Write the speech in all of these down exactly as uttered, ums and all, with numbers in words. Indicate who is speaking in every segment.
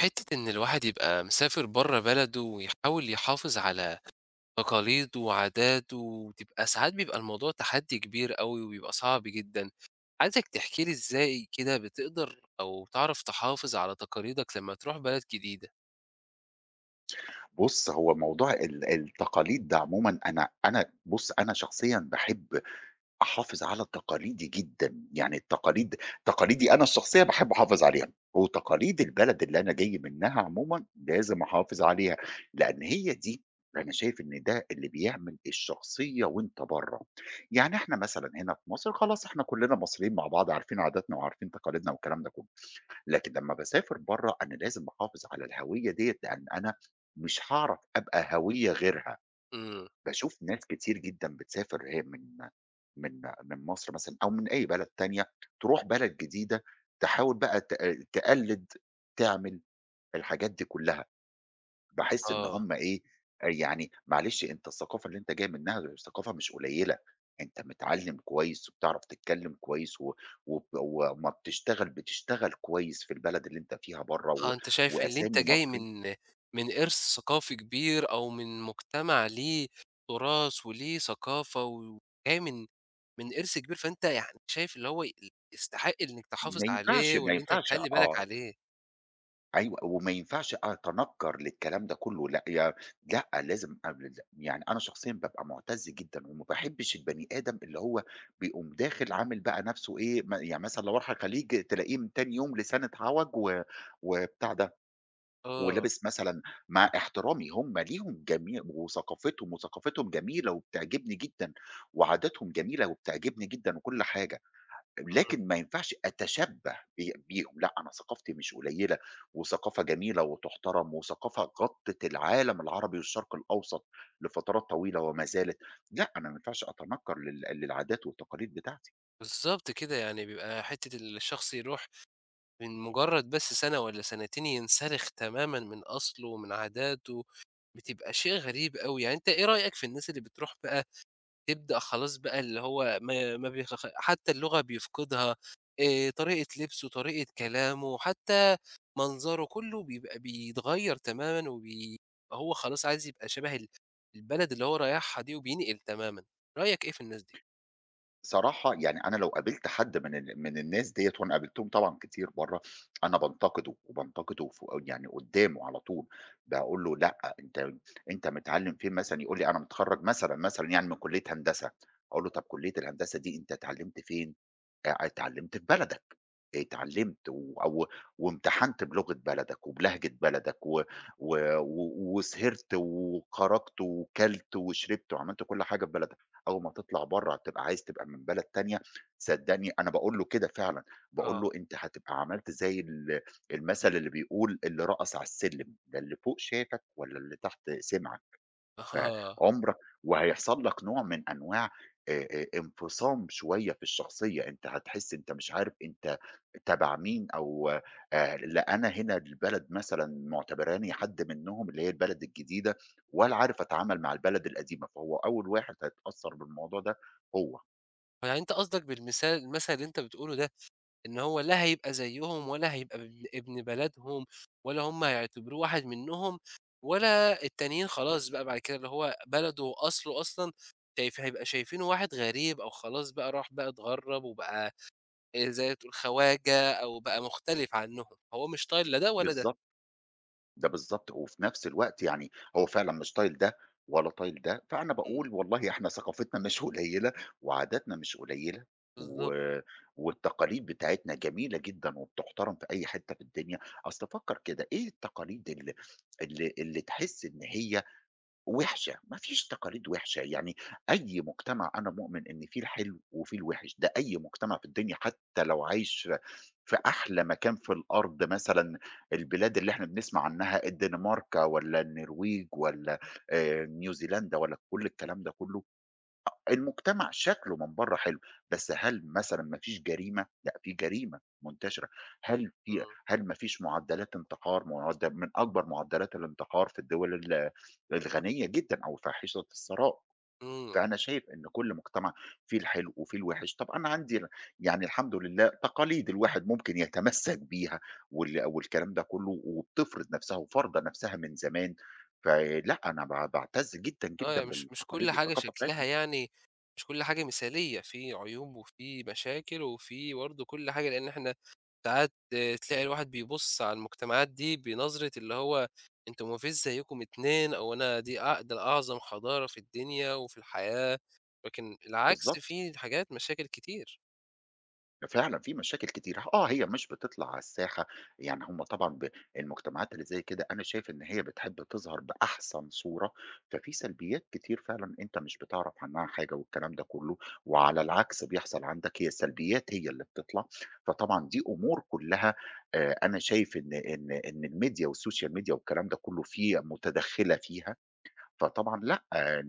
Speaker 1: حتّة إن الواحد يبقى مسافر برّه بلده ويحاول يحافظ على تقاليد وعادات، وتبقى ساعات بيبقى الموضوع تحدّي كبير أوي وبيبقى صعب جدًا. عايزك تحكي لي إزاي كده بتقدر أو تعرف تحافظ على تقاليدك لمّا تروح بلد جديدة؟
Speaker 2: بُص، هو موضوع ال التقاليد ده عمومًا أنا أنا بُص، أنا شخصيًا باحب أحافظ على تقاليدي جدًا، يعني التقاليد تقاليدي أنا الشخصية باحب أحافظ عليها، وتقاليد البلد اللي أنا جاي منها عمومًا لازم أحافظ عليها، لأن هي دي أنا شايف إن ده اللي بيعمل الشخصية وأنت برّه، يعني إحنا مثلًا هنا في مصر خلاص إحنا كلنا مصريين مع بعض عارفين عاداتنا وعارفين تقاليدنا والكلام ده كله. لكن لمّا باسافر برّه أنا لازم أحافظ على الهوية ديّة، لإن أنا مش هاعرف أبقى هوية غيرها،
Speaker 1: إمم.
Speaker 2: باشوف ناس كتير جدًا بتسافر هي من من من مصر مثلًا أو من أي بلد تانية، تروح بلد جديدة تحاول بقى ت تقلِّد، تعمل الحاجات دي كلّها. باحس إن
Speaker 1: آه.
Speaker 2: هُم إيه، آآ يعني معلش أنت الثقافة اللي أنت جاي منها ثقافة مش قليلة، أنت متعلّم كويس وبتعرف تتكلّم كويس و وب وأمّا بتشتغل بتشتغل كويس في البلد اللي أنت فيها برّه و
Speaker 1: آه، أنت شايف اللي أنت
Speaker 2: وأسامي
Speaker 1: جاي
Speaker 2: مصري.
Speaker 1: من من إرث ثقافي كبير أو من مجتمع ليه تراث وليه ثقافة وجاي من من إرث كبير، فأنت يعني شايف اللي هو ي يستحق إنّك تحافظ
Speaker 2: ما ينفعش
Speaker 1: عليه
Speaker 2: ما
Speaker 1: واللي أنت
Speaker 2: ينفعش
Speaker 1: تخلّي بالك
Speaker 2: آه.
Speaker 1: عليه.
Speaker 2: أيوه، وما ينفعش أتنكّر للكلام ده كلّه، لأ يا لأ لازم قبل د يعني أنا شخصيًا بابقى مُعتَز جدًا وما باحبّش البني آدم اللي هو بيقوم داخل عامل بقى نَفْسه إيه، م يعني مثلًا لو راح الخليج تلاقيه من تاني يوم لسانه اتعوج و وبتاع ده،
Speaker 1: آه.
Speaker 2: ولابس مثلًا مع احترامي هم ليهم جميع وثقافتهم، وثقافتهم جميلة وبتعجبني جدًا، وعاداتهم جميلة وبتعجبني جدًا وكل حاجة.
Speaker 1: إمم.
Speaker 2: لكن ما ينفعش أتشبّه بي بيهم، لأ، أنا ثقافتي مش قليّلة، وثقافة جميلة وتُحترم، وثقافة غطِّت العالم العربي والشرق الأوسط لفترات طويلة وما زالت، لأ، أنا ما ينفعش أتنكّر لل للعادات والتقاليد بتاعتي.
Speaker 1: بالضبط كده، يعني بيبقى حتّة الشخص يروح من مجرّد بس سَنة والّا سنتين ينسلخ تمامًا من أصله ومن عاداته، بتبقى شيء غريب أوي، يعني أنت إيه رأيك في الناس اللي بتروح بقى تبدأ خلاص بقى اللي هو ما ما بيخخ حتى اللغة بيفقدها، آآ طريقة لبسه، طريقة كلامه، حتى منظره، كُلّه بيبقى بيتغيّر تمامًا وبي هو خلاص عايز يبقى شبه ال البلد اللي هو رايحها دي وبينقل تمامًا، رأيك إيه في الناس دي؟
Speaker 2: صراحة يعني أنا لو قابلت حد من ال من الناس ديّة وأنا قابلتهم طبعًا كتير برّه، أنا بانتقده وبانتقده ف يعني قدّامه على طول، باقول له: "لأ، أنت أنت متعلّم فين؟" مثلًا يقول لي: "أنا متخرّج" مثلًا، مثلًا يعني من كلية هندسة، أقول له: "طَب كلية الهندسة دي أنت اتعلّمت فين؟" آآ اتعلمت في بلدك، اتعلمت و أو وامتحنت بلغة بلدك وبلهجة بلدك و و و وسهرت وخرجت وكلت وشربت وعملت كل حاجة في بلدك، أول ما تطلع برّه هتبقى عايز تبقى من بلد تانية، صدّقني أنا باقول له كده فعلًا، باقول
Speaker 1: آه.
Speaker 2: له: "أنت هتبقى عملت زي ال المثل اللي بيقول اللي رقص على السلم، لا اللي فوق شافك ولا اللي تحت سمعك."
Speaker 1: آه،
Speaker 2: فعمرك وهيحصل لك نوع من أنواع آآ آآ انفصام شوية في الشخصية، أنت هتحس أنت مش عارف أنت تبع مين أو آآ لا أنا هنا البلد مثلًا معتبراني حد منهم اللي هي البلد الجديدة، ولا عارف أتعامل مع البلد القديمة، فهو أول واحد هيتأثّر بالموضوع ده هو.
Speaker 1: يعني أنت قصدك بالمثال المثل اللي أنت بتقوله ده إن هو لا هيبقى زيّهم ولا هيبقى ابن ابن بلدهم ولا هم هيعتبروه واحد منّهم ولا التانيين خلاص بقى بعد كده اللي هو بلده وأصله أصلًا شايف هيبقى شايفينه واحد غريب أو خلاص بقى راح بقى اتغرّب وبقى آآ زي ما تقول خواجة أو بقى مختلف عنّهم، هو مش طايل لا ده ولا ده.
Speaker 2: بالضبط. ده بالضبط، وفي نفس الوقت يعني هو فعلًا مش طايل ده ولا طايل ده، فأنا باقول
Speaker 1: إمم.
Speaker 2: والله إحنا ثقافتنا مش قليلة وعاداتنا مش قليلة و
Speaker 1: بالضبط.
Speaker 2: والتقاليد بتاعتنا جميلة جدًا وبتُحترم في أي حتة في الدنيا، أصل فكّر كده إيه التقاليد ال اللي اللي تحس إن هي وِحشة، ما فيش تقاليد وِحشة، يعني أي مجتمع أنا مؤمن إن فيه الحلو وفيه الوِحِش، ده أي مجتمع في الدنيا حتى لو عايش في أحلى مكان في الأرض مثلًا، البلاد اللي إحنا بنسمع عنها الدنمارك والّا النرويج والّا آآ نيوزيلندا والّا كل الكلام ده كلّه المجتمع شكله من بره حلو، بس هل مثلًا ما فيش جريمة؟ لأ، في جريمة منتشرة، هل في
Speaker 1: إمم.
Speaker 2: هل ما فيش معدلات انتحار معد من أكبر معدلات الانتحار في الدول ال الغنية جدًا أو فاحِشة الثراء،
Speaker 1: إمم.
Speaker 2: فأنا شايف إن كل مجتمع فيه الحلو وفيه الوحِش، طب أنا عندي يعني الحمد لله تقاليد الواحد ممكن يتمسّك بيها وال والكلام ده كله وبتفرض نَفْسها وفارضة نَفْسها من زمان، فلأ، أنا ب باعتز جدًا،
Speaker 1: آه،
Speaker 2: جدًا
Speaker 1: يعني مش مش كل
Speaker 2: بالتقاليد
Speaker 1: حاجة
Speaker 2: والثقافة
Speaker 1: شكلها
Speaker 2: بتاعتنا،
Speaker 1: يعني مش كل حاجة مثالية، في عيوب وفي مشاكل وفي برضه كل حاجة، لإن إحنا ساعات آه، تلاقي الواحد بيبُص على المجتمعات دي بنظرة اللي هو أنتم ما فيش زيّكم اتنين أو أنا دي أع ده أعظم حضارة في الدنيا وفي الحياة، لكن العكس
Speaker 2: بالضبط.
Speaker 1: في حاجات مشاكل كتير.
Speaker 2: فعلًا في مشاكل كتير، آه، هي مش بتطلع على الساحة، يعني هم طبعًا ب المجتمعات اللي زي كده أنا شايف إن هي بتحب تظهر بأحسن صورة، ففي سلبيات كتير فعلًا أنت مش بتعرف عنها حاجة والكلام ده كله، وعلى العكس بيحصل عندك هي السلبيات هي اللي بتطلع، فطبعًا دي أمور كلها آآ أنا شايف إن إن إن الميديا والسوشيال ميديا والكلام ده كله في متدخلة فيها، فطبعًا لأ،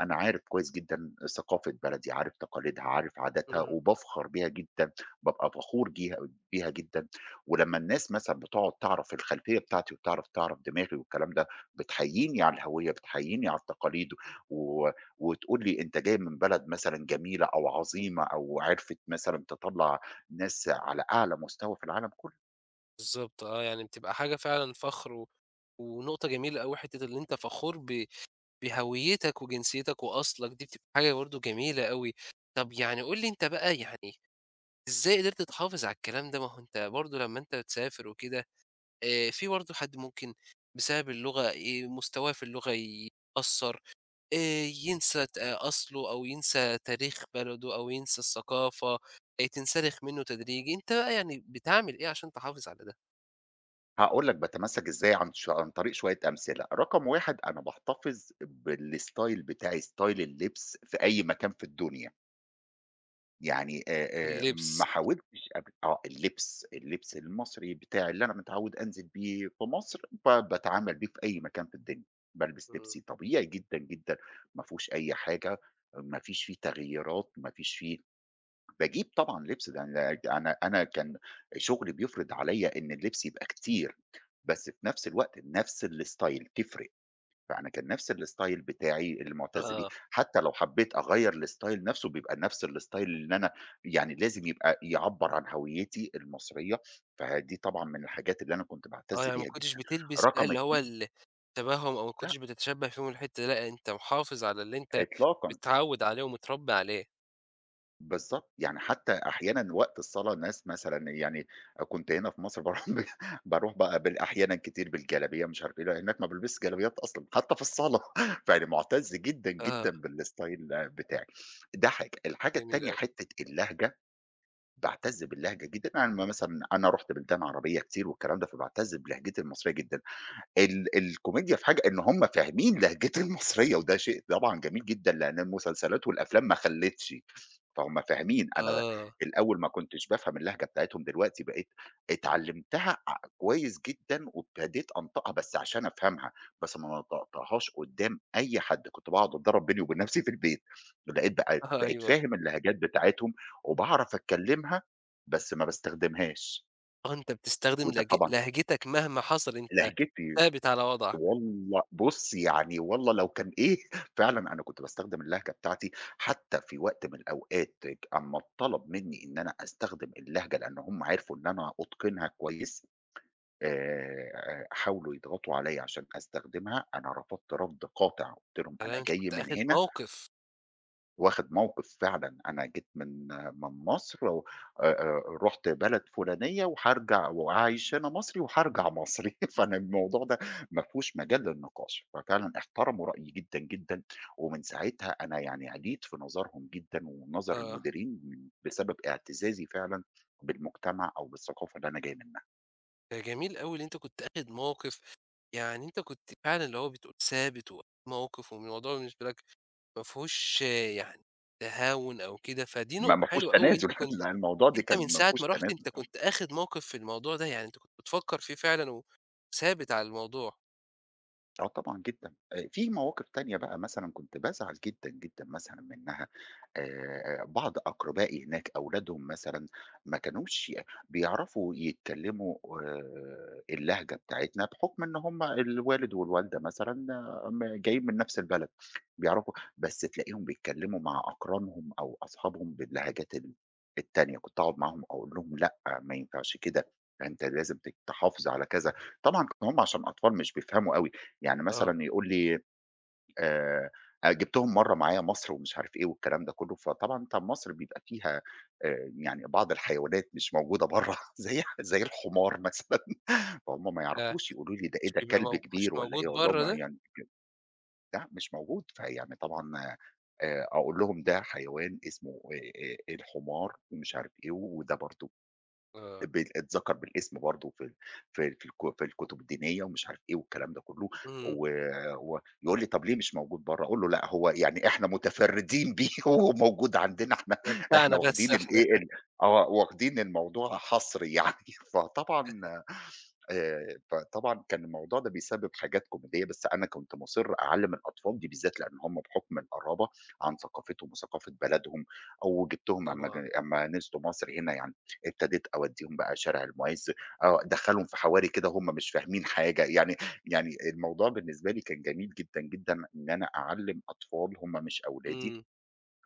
Speaker 2: أنا عارف كويس جدًا ثقافة بلدي، عارف تقاليدها، عارف عاداتها
Speaker 1: إمم.
Speaker 2: وبافخر بيها جدًا، بابقى فخور جيها بيها جدًا، ولمّا الناس مثلًا بتقعد تعرف الخلفية بتاعتي وبتعرف تعرف دماغي والكلام ده، بتحييني على الهوية، بتحييني على التقاليد و وتقول لي أنت جاي من بلد مثلًا جميلة أو عظيمة أو عرفت مثلًا تطلّع ناس على أعلى مستوى في العالم كُلّه.
Speaker 1: بالضبط آه، يعني بتبقى حاجة فعلًا فخر و ونقطة جميلة أوي حتّة اللي أنت فخور ب بهويتك وجنسيتك وأصلك، دي بتبقى حاجة برضه جميلة أوي. طب يعني قُل لي أنت بقى يعني إزاي قدرت تحافظ على الكلام ده؟ ما هو أنت برضه لمّا أنت تسافر وكده، آآ في برضه حد ممكن بسبب اللغة ي مستواه في اللغة يتأثّر، آآ ينسى ت آه، أصله أو ينسى تاريخ بلده أو ينسى الثقافة، آآ تنسلخ منّه تدريجي. أنت بقى يعني بتعمل إيه عشان تحافظ على ده؟
Speaker 2: هاقول لك باتمسّك إزاي عن ش عن طريق شوية أمثلة، رقم واحد أنا باحتفظ بالstyle بتاعي، style اللبس في أي مكان في الدنيا، يعني آآ، آآ، ما
Speaker 1: اللبس.
Speaker 2: حاولتش قبل آه، اللبس، اللبس المصري بتاعي اللي أنا متعوّد أنزل بيه في مصر، ب باتعامل بيه في أي مكان في الدنيا، بالبس
Speaker 1: إمم.
Speaker 2: لبسي طبيعي جدًا، جدًا، ما فيهوش أي حاجة، ما فيش فيه تغييرات، ما فيش فيه باجيب طبعًا لبس، ده أنا أنا أنا كان شغلي بيفرض عليّا إن اللبس يبقى كتير، بس في نفس الوقت نفس الstyle تفرق، فأنا كان نفس الstyle بتاعي اللي معتز بيه،
Speaker 1: آه.
Speaker 2: حتى لو حبيت أغيّر الstyle نفسه بيبقى نفس الstyle اللي أنا يعني لازم يبقى يعبّر عن هويتي المصرية، فدي طبعًا من الحاجات اللي أنا كنت
Speaker 1: آه،
Speaker 2: باعتز
Speaker 1: يعني ما
Speaker 2: بيها
Speaker 1: كنتش
Speaker 2: جدًا.
Speaker 1: بتلبس بقى
Speaker 2: رقم
Speaker 1: اللي هو
Speaker 2: اثنين
Speaker 1: التبَهُّم أو ما
Speaker 2: لأ،
Speaker 1: كنتش بتتشبّه فيهم الحتّة دي، لأ، أنت محافظ على اللي أنت
Speaker 2: إطلاقًا.
Speaker 1: متعوّد عليه ومتربّي عليه.
Speaker 2: بالضبط، يعني حتى أحيانًا وقت الصلاة ناس مثلًا يعني كنت هنا في مصر باروح ب باروح بقى بال أحيانًا كتير بالجلابية مش عارف إيه، لأ هناك ما بالبسش جلابيات أصلًا حتى في الصلاة، فيعني معتز جدًا،
Speaker 1: آه،
Speaker 2: جدًا بالستايل بتاعي. ده حاجة، الحاجة
Speaker 1: جميل
Speaker 2: التانية
Speaker 1: أوي.
Speaker 2: حتة اللهجة، باعتز باللهجة جدًا، أنا مثلًا أنا رُحت بلدان عربية كتير والكلام ده، فباعتز بلهجتي المصرية جدًا. ال الكوميديا في حاجة إن هم فاهمين لهجتي المصرية، وده شيء طبعًا جميل جدًا، لأن المسلسلات والأفلام ما خلّتش، فهُم فاهمين أنا
Speaker 1: آه،
Speaker 2: الأول ما كنتش بافهم اللهجة بتاعتهم، دلوقتي بقيت اتعلمتها ع كويس جدًا، وابتديت أنطقها بس عشان أفهمها، بس ما نطقتهاش قدّام أي حد، كنت باقعد أتضرب بيني وبين نفسي في البيت، لقيت بقيت
Speaker 1: آه،
Speaker 2: بقيت
Speaker 1: أيوه.
Speaker 2: فاهم اللهجات بتاعتهم، وباعرف أتكلمها بس ما باستخدمهاش،
Speaker 1: آه، أنت بتستخدم
Speaker 2: وده
Speaker 1: لهج
Speaker 2: طبعًا
Speaker 1: لهجتك مهما حصل، أنت
Speaker 2: لهجتي
Speaker 1: ثابت على وضعك.
Speaker 2: والل بُص يعني والله لو كان إيه فعلًا أنا كنت باستخدم اللهجة بتاعتي حتى في وقت من الأوقات أمّا اتطلب منّي إن أنا أستخدم اللهجة لأن هم عرفوا إن أنا أتقنها كويس، آآ حاولوا يضغطوا عليَّ عشان أستخدمها، أنا رفضت رفض قاطع، قُلت لهم:
Speaker 1: تمام،
Speaker 2: "أنا
Speaker 1: أنت
Speaker 2: جاي
Speaker 1: كنت
Speaker 2: من
Speaker 1: آخِد
Speaker 2: هنا
Speaker 1: موقِف.
Speaker 2: واخد موقف فعلًا، أنا جيت من من مصر و آآ آآ رُحت بلد فُلانية وهارجع وعايش هنا مصري وهارجع مصري، فأنا الموضوع ده ما فيهوش مجال للنقاش، ففعلًا احترموا رأيي جدًا، جدًا، ومن ساعتها أنا يعني عِليت في نظرهم جدًا ونظر
Speaker 1: آه،
Speaker 2: المديرين بسبب اعتزازي فعلًا بالمجتمع أو بالثقافة اللي أنا جاي منها،
Speaker 1: ده جميل أوي اللي أنت كنت آخِد موقِف، يعني أنت كنت فعلًا اللي هو بتقول ثابت وآخِد موقِف والموضوع بالنسبة لك ما فيهوش آه، يعني تهاون أو كده، فدي
Speaker 2: ما
Speaker 1: نقطة
Speaker 2: ما فيهوش
Speaker 1: حلوة أوي
Speaker 2: تنازل،
Speaker 1: أنت كنت
Speaker 2: لا الموضوع ده
Speaker 1: أنت من
Speaker 2: كان ما
Speaker 1: ساعة
Speaker 2: فيهوش
Speaker 1: ما رُحت
Speaker 2: تنازل
Speaker 1: أنت كنت آخد موقف في الموضوع ده، يعني أنت كنت بتفكّر فيه فعلًا وثابت على الموضوع،
Speaker 2: آه طبعًا جدًا، آآ في مواقف تانية بقى مثلًا كنت بازعل جدًا، جدًا مثلًا منها آآ بعض أقربائي هناك أولادهم مثلًا ما كانوش بيعرفوا يتكلموا آآ اللهجة بتاعتنا بحكم إن هم الوالد والوالدة مثلًا آه، م جايين من نفس البلد، بيعرفوا بس تلاقيهم بيتكلموا مع أقرانهم أو أصحابهم باللهجات ال التانية، كنت أقعد معاهم أقول لهم لأ، ما ينفعش كده، أنت لازم ت تحافظ على كذا، طبعًا هم عشان أطفال مش بيفهموا أوي. يعني
Speaker 1: آه،
Speaker 2: مثلًا يقول لي آآ أ جِبتهم مرّة معايا مصر ومش عارف إيه والكلام ده كلّه، فطبعًا أنت مصر بيبقى فيها آآ يعني بعض الحيوانات مش موجودة برّه زي زي الحمار مثلًا، فهُم ما
Speaker 1: ده
Speaker 2: يعرفوش يقولوا لي ده إيه
Speaker 1: مش
Speaker 2: ده
Speaker 1: بيبقى
Speaker 2: كلب
Speaker 1: مو مش
Speaker 2: كبير والّا
Speaker 1: موجود
Speaker 2: إيه، أقول
Speaker 1: برّه
Speaker 2: لهم
Speaker 1: ده؟
Speaker 2: يعني لأ مش موجود، فيعني طبعًا آآ أقول لهم ده حيوان اسمه آآ الحمار ومش عارف إيه، وده برضه
Speaker 1: آه.
Speaker 2: بال اتذكر بالاسم برضه في ال في ال في الك في الكتب الدينية ومش عارف إيه والكلام ده كله،
Speaker 1: إمم.
Speaker 2: و ويقول لي: "طب ليه مش موجود برّه؟" أقول له: "لأ هو يعني إحنا متفردين بيه وهو موجود عندنا إحنا
Speaker 1: ده
Speaker 2: إحنا
Speaker 1: بتاعنا بس
Speaker 2: واخدين
Speaker 1: إحنا.
Speaker 2: الإيه ال آه واخدين الموضوع حصري يعني." فطبعًا آآ، فطبعًا كان الموضوع ده بيسبب حاجات كوميدية، بس أنا كنت مُصِر أعلّم الأطفال دي بالذات، لإن هم بحُكم القرابة عن ثقافتهم وثقافة بلدهم، أو جِبتهم أمّا ج
Speaker 1: طبعًا.
Speaker 2: أمّا نزلوا مصر هنا يعني، ابتديت أودّيهم بقى شارع المُعز، آه، أدخّلهم في حواري كده هم مش فاهمين حاجة، يعني يعني الموضوع بالنسبة لي كان جميل جدًا، جدًا إن أنا أعلّم أطفال هم مش أولادي،
Speaker 1: إمم.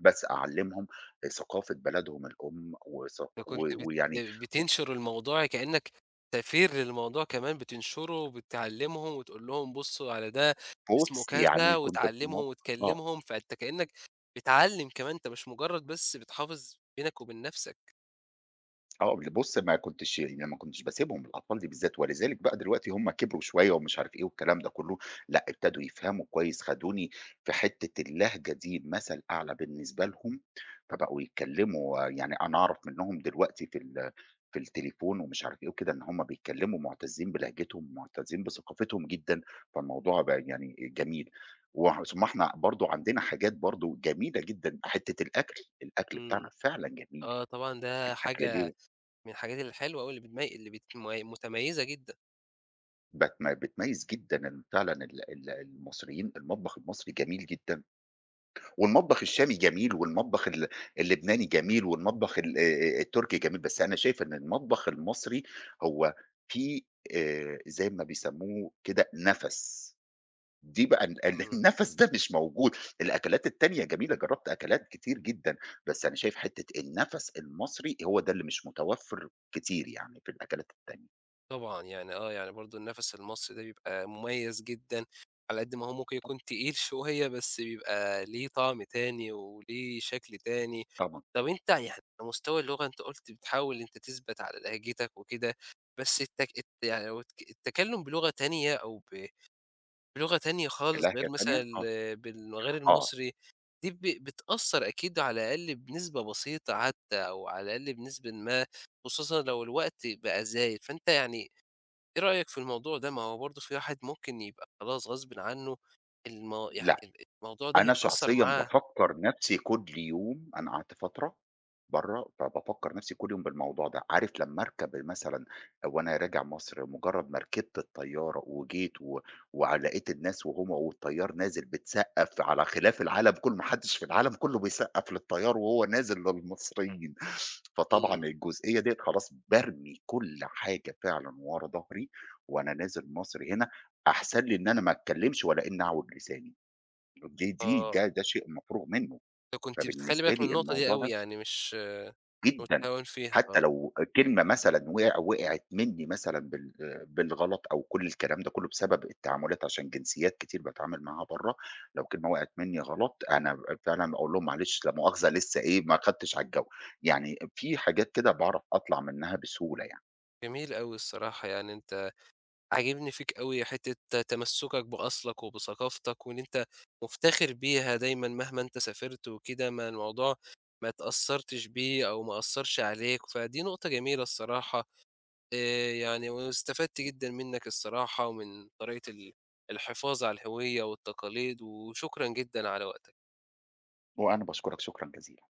Speaker 2: بس أعلّمهم ثقافة بلدهم الأم وثق و
Speaker 1: فكنت بت
Speaker 2: ويعني و
Speaker 1: بتنشر الموضوع كإنّك سفير للموضوع كمان بتنشره وبتعلّمهم وتقول لهم بُصّوا على ده اسمه
Speaker 2: بُص يعني
Speaker 1: كذا
Speaker 2: كنت في
Speaker 1: وتعلّمهم
Speaker 2: الموقف آه.
Speaker 1: وتكلّمهم، فأنت كإنّك بتعلّم كمان، أنت مش مجرّد بس بتحافظ بينك وبين نَفْسك،
Speaker 2: آه، ل بُص ما كنتش يعني ما كنتش باسيبهم الأطفال دي بالذات، ولذلك بقى دلوقتي هم كبروا شوية ومش عارف إيه والكلام ده كلّه، لأ ابتدوا يفهموا كويس، خدوني في حتّة اللهجة دي مثل أعلى بالنسبة لهم، فبقوا يتكلّموا آه، يعني أنا أعرف منّهم دلوقتي في ال في التليفون ومش عارف إيه وكده، إن هم بيتكلّموا مُعتزّين بلهجتهم، مُعتزّين بثقافتهم جدًا، فالموضوع بقى يعني جميل، وح ثم إحنا برضه عندنا حاجات برضه جميلة جدًا، حتّة الأكل، الأكل بتاعنا
Speaker 1: إمم.
Speaker 2: فعلًا جميل،
Speaker 1: آه، طبعًا ده
Speaker 2: الأكل
Speaker 1: حاجة
Speaker 2: ليه
Speaker 1: من الحاجات الحلوة أوي اللي بتمي اللي بت مي متميزة جدًا،
Speaker 2: بتم بتميّز جدًا إن فعلًا ال ال المصريين المطبخ المصري جميل جدًا، والمطبخ الشامي جميل، والمطبخ ال اللبناني جميل، والمطبخ ال آآ التركي جميل، بس أنا شايف إن المطبخ المصري هو فيه آآ زي ما بيسموه كده نَفَس، دي بقى ال ال
Speaker 1: إمم.
Speaker 2: النَفَس ده مش موجود، الأكلات التانية جميلة، جرّبت أكلات كتير جدًا، بس أنا شايف حتّة النَفَس المصري هو ده اللي مش متوفّر كتير يعني في الأكلات التانية،
Speaker 1: طبعًا يعني آه، يعني برضه النَفَس المصري ده بيبقى مميز جدًا، على قد ما هو ممكن يكون تقيل شوية بس بيبقى ليه طعم تاني وليه شكل تاني.
Speaker 2: طبعًا
Speaker 1: طَب أنت يعني على مستوى اللغة أنت قُلت بتحاول أنت تثبت على لهجتك وكده، بس التك الت يعني لو التك- التكلُّم بلغة تانية أو ب بلغة تانية خالص
Speaker 2: النكهة
Speaker 1: غير مثلًا
Speaker 2: التانية آه،
Speaker 1: ال بال غير
Speaker 2: آه،
Speaker 1: المصري، دي ب بتأثّر أكيد على الأقل بنسبة بسيطة حتى أو على الأقل بنسبة ما، خصوصًا لو الوقت بقى زايد، فأنت يعني إيه رأيك في الموضوع ده؟ ما هو برضه في واحد ممكن يبقى خلاص غصبٍ عنّه الم يعني
Speaker 2: لأ.
Speaker 1: ال الموضوع ده
Speaker 2: أنا
Speaker 1: هيتأثّر
Speaker 2: شخصيًا
Speaker 1: معاه،
Speaker 2: بافكّر نَفْسي كل يوم أنا قعدت فترة برّه، فبافكّر نَفْسي كل يوم بالموضوع ده، عارف لمّا أركب مثلًا وأنا راجع مصر مُجرّد ما ركبت الطيارة وجيت و ولقيت الناس وهُم والطيار نازل بتسقّف على خلاف العالم كُلّه، ما حدّش في العالم كُلّه بيسقّف للطيار وهو نازل للمصريين، فطبعًا
Speaker 1: إمم.
Speaker 2: الجزئية ديّة خلاص بارمي كل حاجة فعلًا ورا ضهري وأنا نازل مصر هنا، أحسن لي إن أنا ما أتكلّمش ولا إنّي أعوج لساني. دي دي ده
Speaker 1: آه،
Speaker 2: ده شيء مفروغ منّه،
Speaker 1: أنت كنت بتخلّي
Speaker 2: فبالنسبة
Speaker 1: بالك من
Speaker 2: لي
Speaker 1: النقطة دي
Speaker 2: الموضوع
Speaker 1: أوي
Speaker 2: ده
Speaker 1: يعني مش
Speaker 2: جدًا،
Speaker 1: متهاون فيها،
Speaker 2: حتى
Speaker 1: آه،
Speaker 2: لو كلمة مثلًا وقع وقعت منّي مثلًا بال بالغلط أو كل الكلام ده كلّه بسبب التعاملات عشان جنسيات كتير باتعامل معاها برّه، لو كلمة وقعت منّي غلط أنا ب فعلًا باقول لهم معلش لا مؤاخذة لسه إيه ما خدتش على الجَو، يعني في حاجات كده باعرف أطلع منها بسهولة يعني،
Speaker 1: جميل أوي الصراحة يعني أنت عاجبني فيك أوي حتة تمسّكك بأصلك وبثقافتك، وإن أنت مُفتخر بيها دايمًا مهما أنت سافرت وكده، ما الموضوع ما اتأثّرتش بيه أو ما أثّرش عليك، فدي نقطة جميلة الصراحة آآ، يعني واستفدت جدًا منّك الصراحة ومن طريقة ال الحفاظ على الهوية والتقاليد، وشكرًا جدًا على وقتك.
Speaker 2: وأنا باشكرك شكرًا جزيلًا.